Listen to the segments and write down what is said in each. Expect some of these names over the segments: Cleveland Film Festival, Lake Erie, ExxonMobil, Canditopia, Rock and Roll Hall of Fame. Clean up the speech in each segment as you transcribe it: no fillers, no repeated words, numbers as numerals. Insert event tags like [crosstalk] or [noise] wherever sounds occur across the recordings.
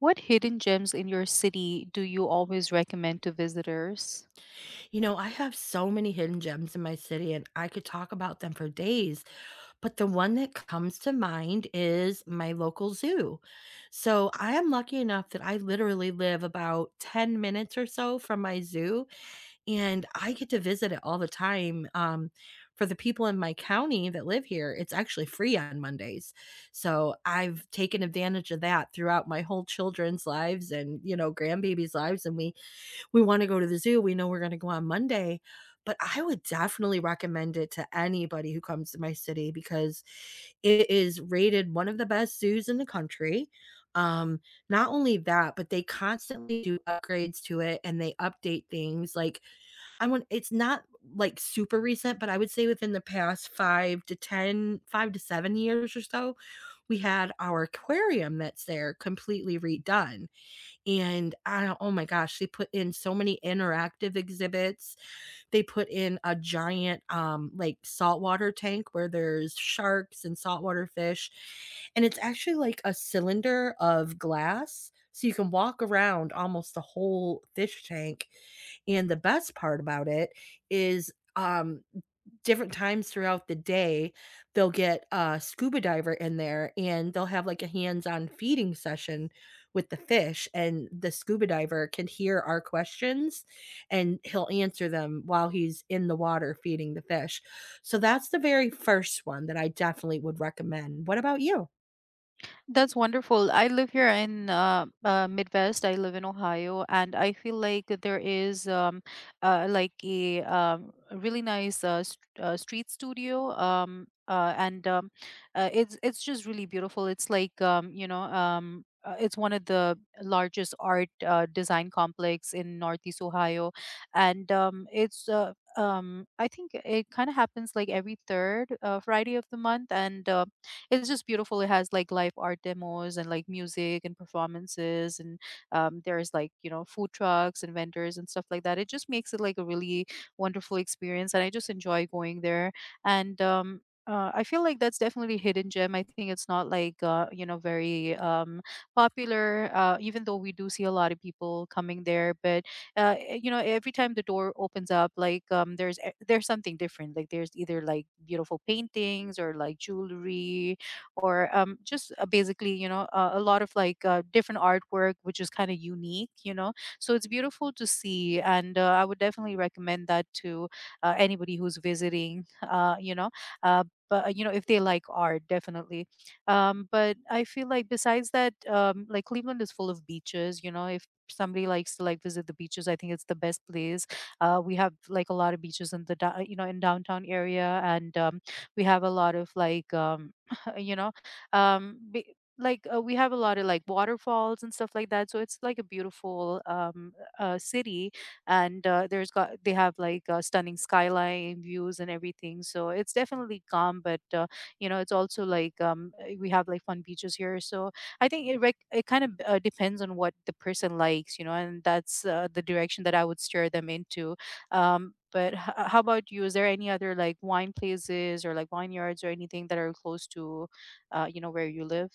What hidden gems in your city do you always recommend to visitors? You know, I have so many hidden gems in my city and I could talk about them for days, but the one that comes to mind is my local zoo. So I am lucky enough that I literally live about 10 minutes or so from my zoo and I get to visit it all the time. For the people in my county that live here, it's actually free on Mondays. So I've taken advantage of that throughout my whole children's lives and, you know, grandbabies' lives. And we want to go to the zoo. We know we're going to go on Monday, but I would definitely recommend it to anybody who comes to my city because it is rated one of the best zoos in the country. Um, Not only that, but they constantly do upgrades to it and they update things. Like I want it's not like super recent, but I would say within the past 5 to 7 years or so. We had our aquarium that's there completely redone, and I oh my gosh, they put in so many interactive exhibits. They put in a giant, saltwater tank where there's sharks and saltwater fish, and it's actually like a cylinder of glass, so you can walk around almost the whole fish tank. And the best part about it is, different times throughout the day, they'll get a scuba diver in there, and they'll have, like, a hands-on feeding session with the fish, and the scuba diver can hear our questions and he'll answer them while he's in the water feeding the fish. So that's the very first one that I definitely would recommend. What about you? That's wonderful. I live here in Midwest. I live in Ohio, and I feel like there is like a really nice street studio, and it's just really beautiful. It's like. It's one of the largest art design complex in Northeast Ohio, and it's I think it kind of happens like every third Friday of the month, and it's just beautiful. It has like live art demos and like music and performances, and there's like food trucks and vendors and stuff like that. It just makes it like a really wonderful experience, and I just enjoy going there. And I feel like that's definitely a hidden gem. I think it's not like very popular, even though we do see a lot of people coming there. But every time the door opens up, like there's something different. Like there's either like beautiful paintings or like jewelry or just basically a lot of like different artwork which is kind of unique, so it's beautiful to see, and I would definitely recommend that to anybody who's visiting [laughs] uh, but if they like art definitely. But I feel like besides that like cleveland is full of beaches, if somebody likes to like visit the beaches, I think it's the best place. We have like a lot of beaches in the dou- you know in downtown area, and we have a lot of like [laughs] you know be, like we have a lot of like waterfalls and stuff like that, so it's like a beautiful city. And there's got they have like stunning skyline views and everything, so it's definitely calm. But it's also like we have like fun beaches here, so I think it kind of depends on what the person likes, and that's the direction that I would steer them into. But how about you? Is there any other like wine places or like vineyards or anything that are close to, where you live?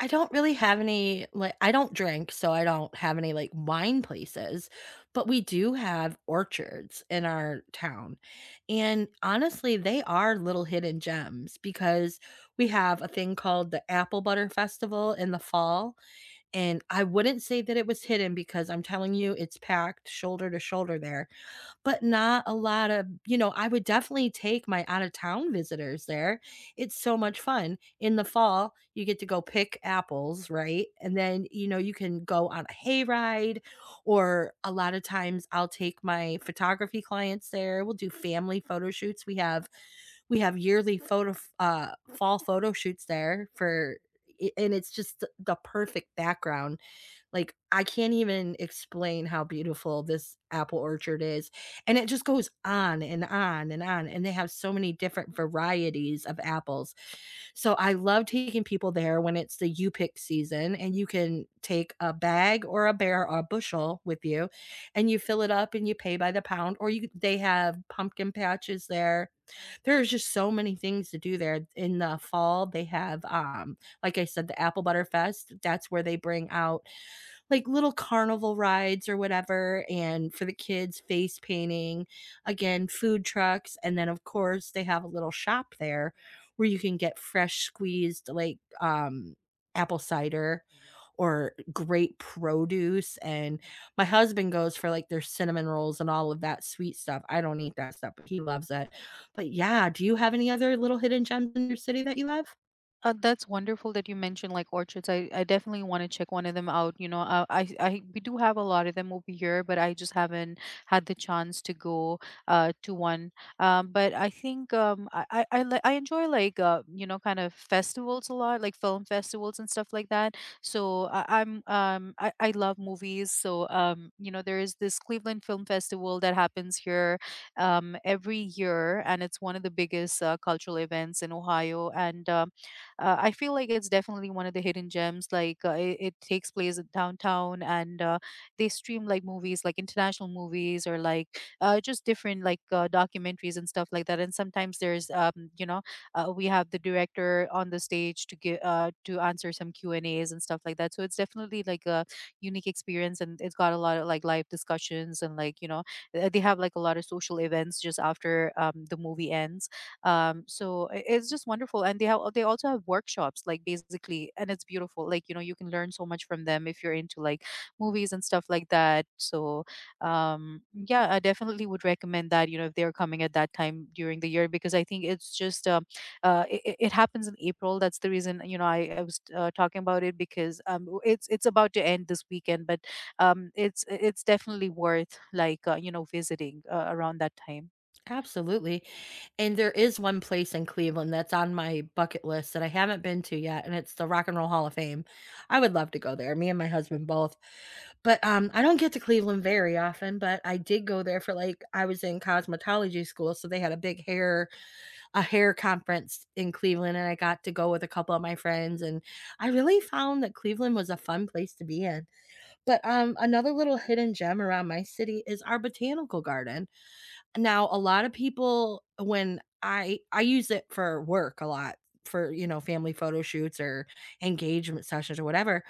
I don't really have any, like, I don't drink, so I don't have any like wine places, but we do have orchards in our town. And honestly, they are little hidden gems because we have a thing called the Apple Butter Festival in the fall, and I wouldn't say that it was hidden because I'm telling you it's packed shoulder to shoulder there. But not a lot of you know, I would definitely take my out of town visitors there. It's so much fun. In the fall, you get to go pick apples, right? And then, you know, you can go on a hayride, or a lot of times I'll take my photography clients there. We'll do family photo shoots. We have yearly photo uh, fall photo shoots there for I and it's just the perfect background. Like, I can't even explain how beautiful this apple orchard is, and it just goes on and on and on, and they have so many different varieties of apples. So, I love taking people there when it's the you pick season, and you can take a bag or a bear or a bushel with you, and you fill it up and you pay by the pound, or you they have pumpkin patches there. There's just so many things to do there. In the fall, they have, like I said, the apple butter fest. That's where they bring out like little carnival rides or whatever, and for the kids, face painting, again, food trucks. And then, of course, they have a little shop there where you can get fresh squeezed, apple cider or great produce. And my husband goes for like their cinnamon rolls and all of that sweet stuff. I don't eat that stuff, but he loves it. But yeah, do you have any other little hidden gems in your city that you love? That's wonderful that you mentioned like orchards. I definitely want to check one of them out. You know, I we do have a lot of them over here, but I just haven't had the chance to go to one. But I think I enjoy like kind of festivals a lot, like film festivals and stuff like that. So I, I'm I love movies. So there is this Cleveland Film Festival that happens here every year, and it's one of the biggest cultural events in Ohio and. I feel like it's definitely one of the hidden gems. Like it takes place in downtown, and they stream like movies, like international movies, or like just different like documentaries and stuff like that. And sometimes there's, we have the director on the stage to answer some Q&As and stuff like that. So it's definitely like a unique experience, and it's got a lot of like live discussions and like they have like a lot of social events just after the movie ends. It's just wonderful, and they also have workshops like basically, and it's beautiful, you can learn so much from them if you're into like movies and stuff like that, so yeah, I definitely would recommend that, if they're coming at that time during the year, because I think it's just it happens in April. That's the reason, I was talking about it, because it's about to end this weekend, but it's definitely worth like visiting around that time. Absolutely, and there is one place in Cleveland that's on my bucket list that I haven't been to yet, and it's the Rock and Roll Hall of Fame. I would love to go there, me and my husband both, but, I don't get to Cleveland very often, but I did go there for, like, I was in cosmetology school, so they had a big hair a hair conference in Cleveland, and I got to go with a couple of my friends, and I really found that Cleveland was a fun place to be in. But, another little hidden gem around my city is our botanical garden. Now, a lot of people when I use it for work a lot, for, you know, family photo shoots or engagement sessions or whatever,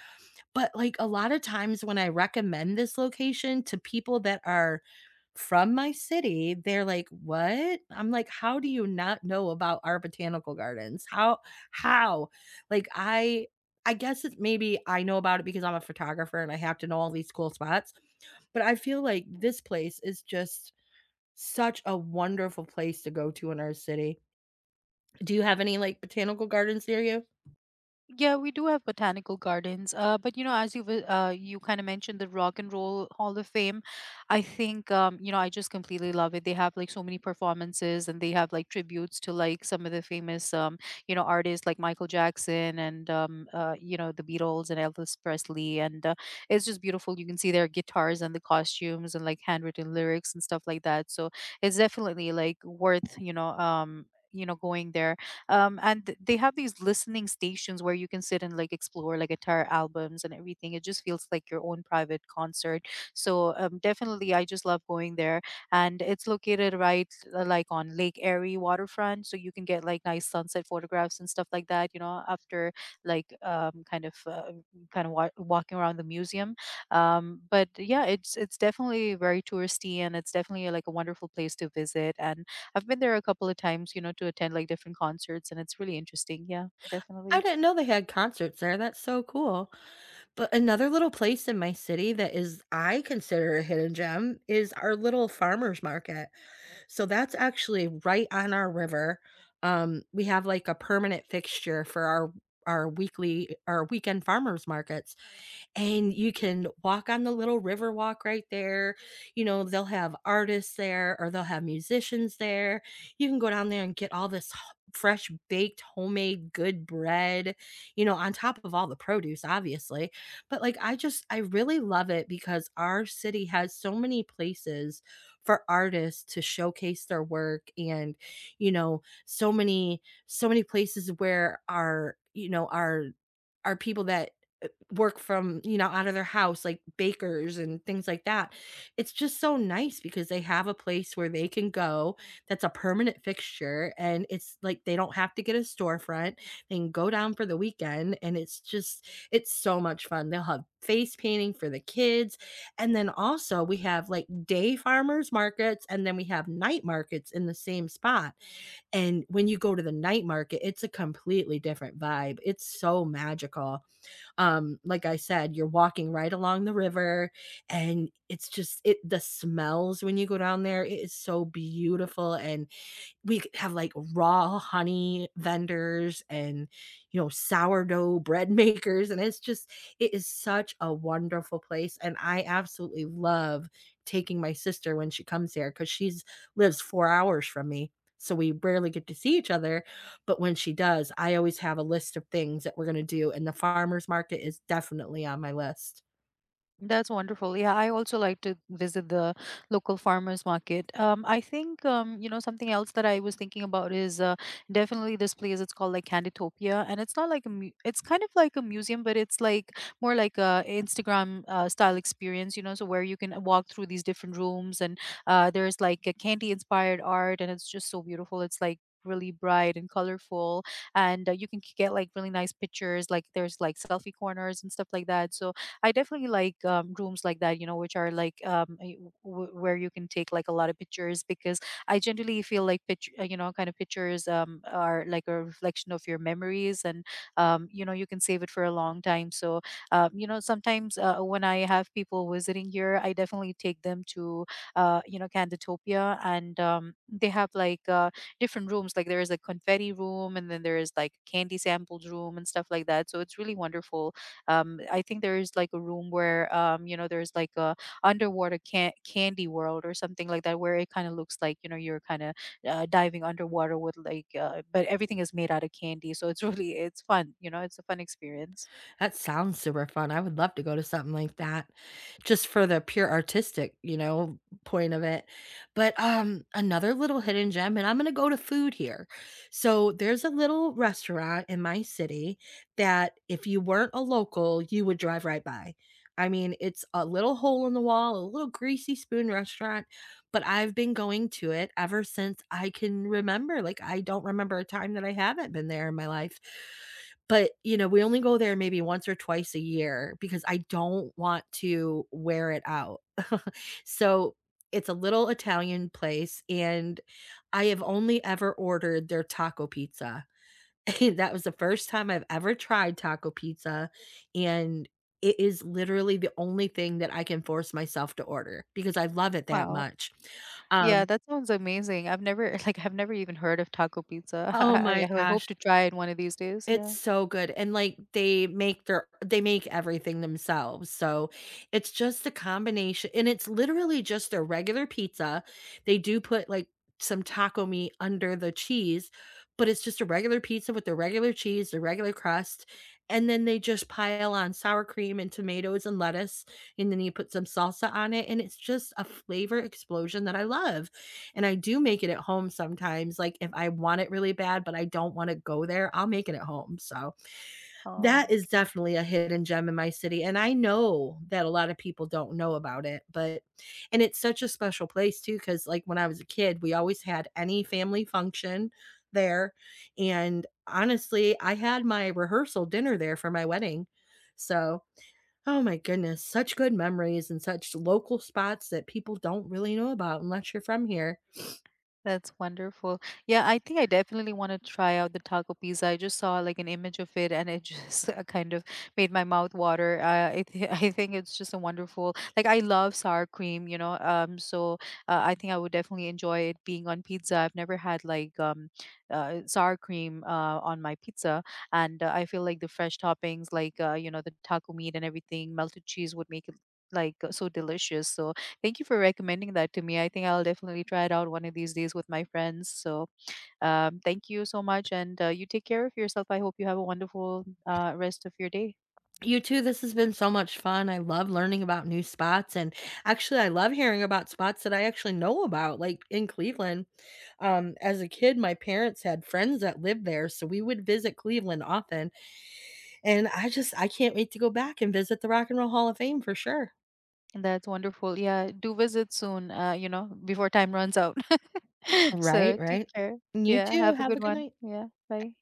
but, like, a lot of times when I recommend this location to people that are from my city, they're like, "What?" I'm like, "How do you not know about our botanical gardens? How?" Like, I guess it's maybe I know about it because I'm a photographer and I have to know all these cool spots, but I feel like this place is just such a wonderful place to go to in our city. Do you have any, like, botanical gardens near you? Yeah, we do have botanical gardens. But, as you kind of mentioned the Rock and Roll Hall of Fame, I think I just completely love it. They have like so many performances, and they have like tributes to like some of the famous artists like Michael Jackson and the Beatles and Elvis Presley, and it's just beautiful. You can see their guitars and the costumes and like handwritten lyrics and stuff like that. So it's definitely like worth, going there, and they have these listening stations where you can sit and like explore like entire albums and everything. It just feels like your own private concert. So, definitely, I just love going there, and it's located right like on Lake Erie waterfront, so you can get like nice sunset photographs and stuff like that, after like um, kind of uh, walking around the museum. But yeah, it's definitely very touristy, and it's definitely like a wonderful place to visit, and I've been there a couple of times, to attend like different concerts, and it's really interesting. Yeah, I definitely. didn't know they had concerts there, that's so cool. But another little place in my city that is I consider a hidden gem is our little farmer's market. So that's actually right on our river. We have, like, a permanent fixture for our weekend farmers markets, and you can walk on the little river walk right there. You know, they'll have artists there or they'll have musicians there. You can go down there and get all this fresh baked homemade good bread, you know, on top of all the produce obviously. But like I just I really love it because our city has so many places for artists to showcase their work, and you know, so many places where our our are people that uh, work from, you know, out of their house, like bakers and things like that. It's just so nice because they have a place where they can go that's a permanent fixture and it's like they don't have to get a storefront. They can go down for the weekend and it's just it's so much fun. They'll have face painting for the kids. And then also we have like day farmers markets and then we have night markets in the same spot. And when you go to the night market, it's a completely different vibe. It's so magical. Like I said, you're walking right along the river and it's just it the smells when you go down there, it is so beautiful. And we have like raw honey vendors and you know sourdough bread [laughs] makers, and it's just it is such a wonderful place, and I absolutely love taking my sister when she comes here because she's lives 4 hours from me, so we rarely get to see each other. But when she does, I always have a list of things that we're going to do, and the farmers market is definitely on my list. That's wonderful. Yeah, I also like to visit the local farmers market. I think something else that I was thinking about is definitely this place. It's called like Canditopia, and it's not like a mu- it's kind of like a museum, but it's like more like a Instagram style experience. You know, so where you can walk through these different rooms, and there's like a candy inspired art, and it's just so beautiful. It's like really bright and colorful, and you can get like really nice pictures, like there's like selfie corners and stuff like that, so I definitely like rooms like that, you know, which are like where you can take like a lot of pictures, because I generally feel like kind of pictures are like a reflection of your memories, and you can save it for a long time. So, sometimes when I have people visiting here, I definitely take them to Canditopia, and they have like different rooms. Like there is a confetti room, and then there is like candy samples room and stuff like that. So it's really wonderful. I think there is like a room where there's like a candy world or something like that, where it kind of looks like you're kind of diving underwater with like, but everything is made out of candy, so it's [laughs] really it's fun. You know, it's a fun experience. That sounds super fun. I would love to go to something like that just for the pure artistic, you know, point of it. But another little hidden gem, and I'm going to go to food here. So there's a little restaurant in my city that if you weren't a local, you would drive right by. I mean, it's a little hole in the wall, a little greasy spoon restaurant, but I've been going to it ever since I can remember. Like I don't remember a time that I haven't been there in my life. But, you know, we only go there maybe once or twice a year because I don't want to wear it out. [laughs] So, it's a little Italian place, and I have only ever ordered their taco pizza. [laughs] That was the first time I've ever tried taco pizza, and it is literally the only thing that I can force myself to order because I love it that Wow. much. Yeah, Um, that sounds amazing. I've never [laughs] like I've never even heard of taco pizza. [laughs] oh I my I, I hope gosh. to try it one of these days. It's Yeah. so good, and, like, they make everything themselves, so it's just a combination and it's literally just their regular pizza. They do put, like, some taco meat under the cheese, but it's just a regular pizza with the regular cheese, the regular crust, and then they just pile on sour cream and tomatoes and lettuce, and then you put some salsa on it, and it's just a flavor explosion that I love. And I do make it at home sometimes. Like if I want it really bad, but I don't want to go there, I'll make it at home. So that Oh, is okay. definitely a hidden gem in my city. And I know that a lot of people don't know about it, but and it's such a special place too. Cause like when I was a kid, we always had any family function there. And honestly, I had my rehearsal dinner there for my wedding. So oh my goodness, such good memories and such local spots that people don't really know about unless you're from here. That's wonderful. Yeah, I think I definitely want to try out the taco pizza. I just saw like an image of it, and it [laughs] just kind of made my mouth water. [laughs] I think it's just a wonderful, like I love sour cream, you know. So I think I would definitely enjoy it being on pizza. I've never had like sour cream on my pizza. And I feel like the fresh toppings, like, the taco meat and everything, melted cheese would make it like so delicious. So, thank you for recommending that to me. I think I'll definitely try it out one of these days with my friends. So, thank you so much, and you take care of yourself. I hope you have a wonderful rest of your day. You too. This has been so much fun. I love learning about new spots, and actually, I love hearing about spots that I actually know about, like in Cleveland. As a kid, my parents had friends that lived there, so we would visit Cleveland often. And I can't wait to go back and visit the Rock and Roll Hall of Fame for sure. That's wonderful. Yeah, do visit soon. Before time runs out. [laughs] Right, So take right. care. You Yeah, too. have a Have good a good one. night. Yeah, bye.